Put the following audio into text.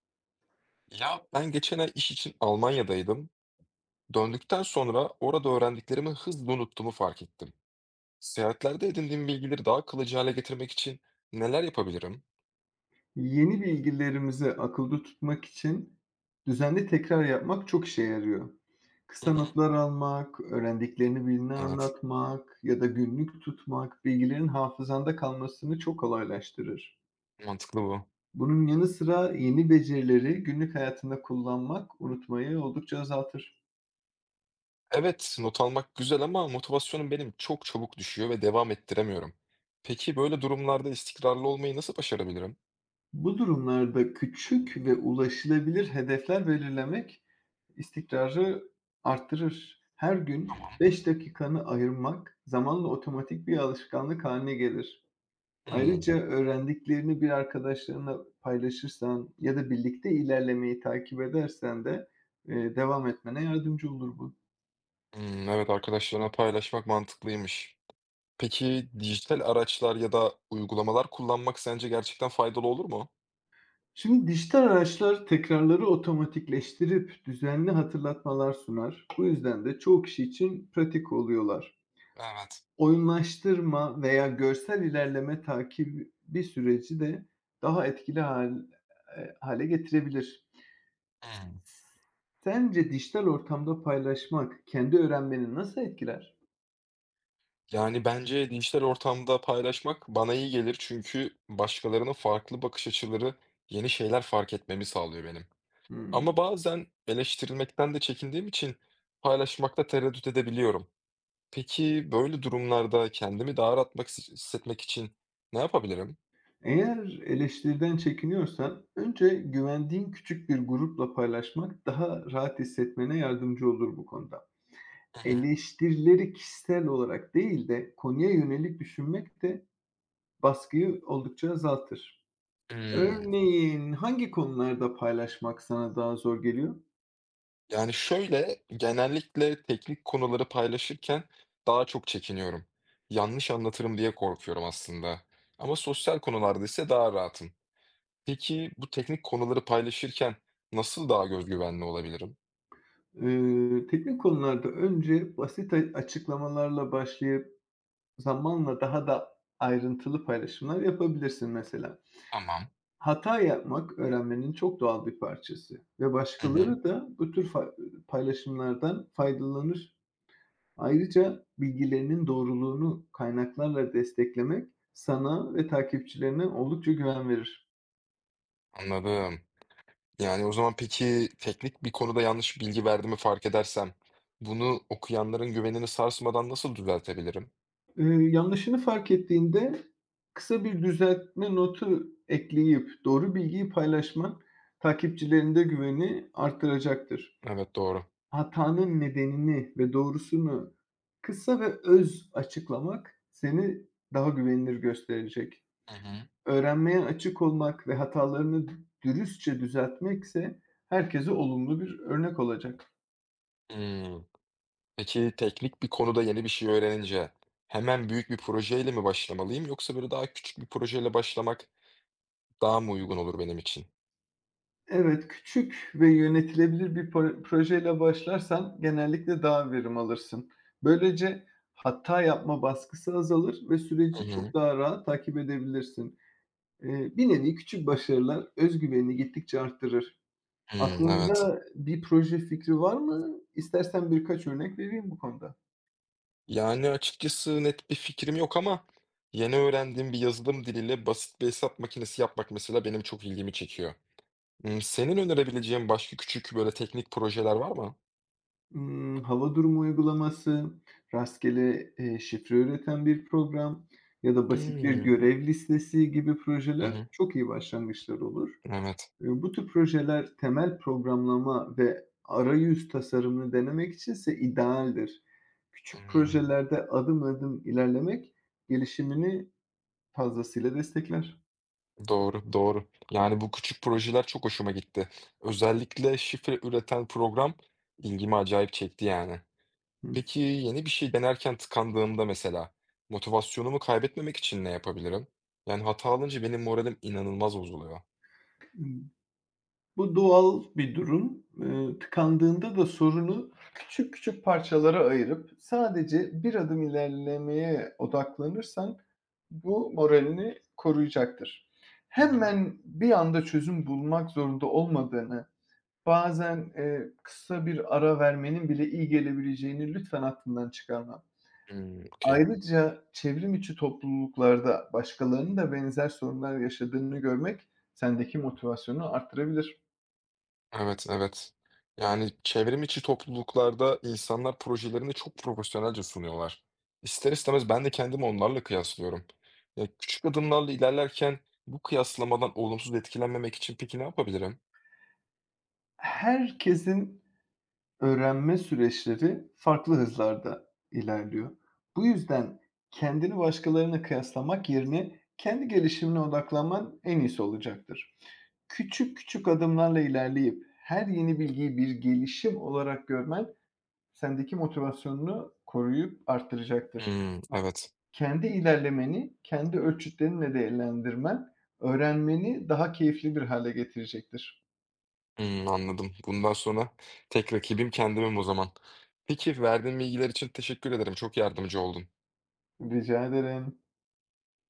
Ya ben geçen ay iş için Almanya'daydım. Döndükten sonra orada öğrendiklerimi hızlı unuttuğumu fark ettim. Seyahatlerde edindiğim bilgileri daha kalıcı hale getirmek için neler yapabilirim? Yeni bilgilerimizi akılda tutmak için düzenli tekrar yapmak çok işe yarıyor. Hı Kısa hı. notlar almak, öğrendiklerini birine Evet, anlatmak ya da günlük tutmak bilgilerin hafızanda kalmasını çok kolaylaştırır. mantıklı bu. Bunun yanı sıra yeni becerileri günlük hayatında kullanmak unutmayı oldukça azaltır. Evet, not almak güzel ama motivasyonum benim çok çabuk düşüyor ve devam ettiremiyorum. Peki böyle durumlarda istikrarlı olmayı nasıl başarabilirim? Bu durumlarda küçük ve ulaşılabilir hedefler belirlemek İstikrarı arttırır. Her gün Tamam. 5 dakikanı ayırmak zamanla otomatik bir alışkanlık haline gelir. Hmm, Ayrıca öğrendiklerini bir arkadaşlarına paylaşırsan ya da birlikte ilerlemeyi takip edersen de, devam etmene yardımcı olur bu. hmm, evet arkadaşlarına paylaşmak mantıklıymış. Peki dijital araçlar ya da uygulamalar kullanmak sence gerçekten faydalı olur mu? Şimdi dijital araçlar tekrarları otomatikleştirip düzenli hatırlatmalar sunar. Bu yüzden de çoğu kişi için pratik oluyorlar. Evet. Oyunlaştırma veya görsel ilerleme takibi süreci de daha etkili hâle getirebilir. Hımm. Sence dijital ortamda paylaşmak kendi öğrenmeni nasıl etkiler? Yani, bence dijital ortamda paylaşmak bana iyi gelir çünkü başkalarının farklı bakış açıları yeni şeyler fark etmemi sağlıyor benim. Hımm. Ama bazen eleştirilmekten de çekindiğim için paylaşmakta tereddüt edebiliyorum. Peki böyle durumlarda kendimi daha rahat atmak hissetmek için ne yapabilirim? Eğer eleştiriden çekiniyorsan önce güvendiğin küçük bir grupla paylaşmak daha rahat hissetmene yardımcı olur bu konuda. Hı hı. Eleştirileri kişisel olarak değil de konuya yönelik düşünmek de baskıyı oldukça azaltır. Hımm. Örneğin hangi konularda paylaşmak sana daha zor geliyor? Yani, şöyle, genellikle teknik konuları paylaşırken daha çok çekiniyorum. Yanlış anlatırım diye korkuyorum aslında ama sosyal konularda ise daha rahatım. Peki, bu teknik konuları paylaşırken nasıl daha göz güvenli olabilirim? Teknik konularda önce basit açıklamalarla başlayıp zamanla daha da ayrıntılı paylaşımlar yapabilirsin mesela. Tamam. Hata yapmak öğrenmenin çok doğal bir parçası ve Hı hı. başkaları da bu tür paylaşımlardan faydalanır. Ayrıca bilgilerinin doğruluğunu kaynaklarla desteklemek sana ve takipçilerine oldukça güven verir. Anladım. Yani, o zaman peki, teknik bir konuda yanlış bilgi verdiğimi fark edersem bunu okuyanların güvenini sarsmadan nasıl düzeltebilirim? Eee, Yanlışını fark ettiğinde kısa bir düzeltme notu ekleyip doğru bilgiyi paylaşman takipçilerinde güveni artıracaktır. Evet, doğru. Hatanın nedenini ve doğrusunu kısa ve öz açıklamak seni daha güvenilir gösterecek. Hı hı. Öğrenmeye açık olmak ve hatalarını dürüstçe düzeltmek ise herkese olumlu bir örnek olacak. Hıı. Peki teknik bir konuda yeni bir şey öğrenince hemen büyük bir projeyle mi başlamalıyım yoksa böyle daha küçük bir projeyle başlamak daha mı uygun olur benim için? Evet, küçük ve yönetilebilir bir projeyle başlarsan genellikle daha verim alırsın. Böylece hata yapma baskısı azalır ve Hı süreci hı. çok daha rahat takip edebilirsin. Bir nevi küçük başarılar öz güvenini gittikçe arttırır. Hımm, evet. Aklında bir proje fikri var mı? İstersen birkaç örnek vereyim bu konuda. Yani açıkçası net bir fikrim yok ama yeni öğrendiğim bir yazılım diliyle basit bir hesap makinesi yapmak mesela benim çok ilgimi çekiyor. Imm, senin önerebileceğin başka küçük böyle teknik projeler var mı? Hava durumu uygulaması, rastgele, şifre üreten bir program ya da basit bir Hımm. görev listesi gibi Hı projeler hı. çok iyi başlangıçlar olur. Evet. Bu tür projeler temel programlama ve arayüz tasarımını denemek içinse idealdir. Küçük Hımm. projelerde adım adım ilerlemek gelişimini fazlasıyla destekler. Doğru, doğru. Yani, bu küçük projeler çok hoşuma gitti. Özellikle şifre üreten program ilgimi acayip çekti yani. Hı. Peki, yeni bir şey denerken tıkandığımda mesela motivasyonumu kaybetmemek için ne yapabilirim? Yani, hata alınca benim moralim inanılmaz bozuluyor. Bu doğal bir durum. Tıkandığında da sorunu küçük küçük parçalara ayırıp sadece bir adım ilerlemeye odaklanırsan bu moralini koruyacaktır. Hı hı. Hemen bir anda çözüm bulmak zorunda olmadığını, bazen, kısa bir ara vermenin bile iyi gelebileceğini lütfen aklından çıkarma. Hımm, okay. Ayrıca çevrim içi topluluklarda başkalarının da benzer sorunlar yaşadığını görmek sendeki motivasyonu arttırabilir. Evet, evet. Yani çevrim içi topluluklarda insanlar projelerini çok profesyonelce sunuyorlar. İster istemez ben de kendimi onlarla kıyaslıyorum. Ya küçük adımlarla ilerlerken bu kıyaslamadan olumsuz etkilenmemek için peki ne yapabilirim? Herkesin öğrenme süreçleri farklı hızlarda ilerliyor. Bu yüzden kendini başkalarına kıyaslamak yerine kendi gelişimine odaklanman en iyisi olacaktır. Küçük küçük adımlarla ilerleyip her yeni bilgiyi bir gelişim olarak görmen sendeki motivasyonunu koruyup arttıracaktır. Hmm, evet. Kendi ilerlemeni kendi ölçütlerinle değerlendirmen öğrenmeni daha keyifli bir hale getirecektir. Hmm, anladım. Bundan sonra tek rakibim kendimim o zaman. Peki verdiğin bilgiler için teşekkür ederim. Çok yardımcı oldun. Rica ederim.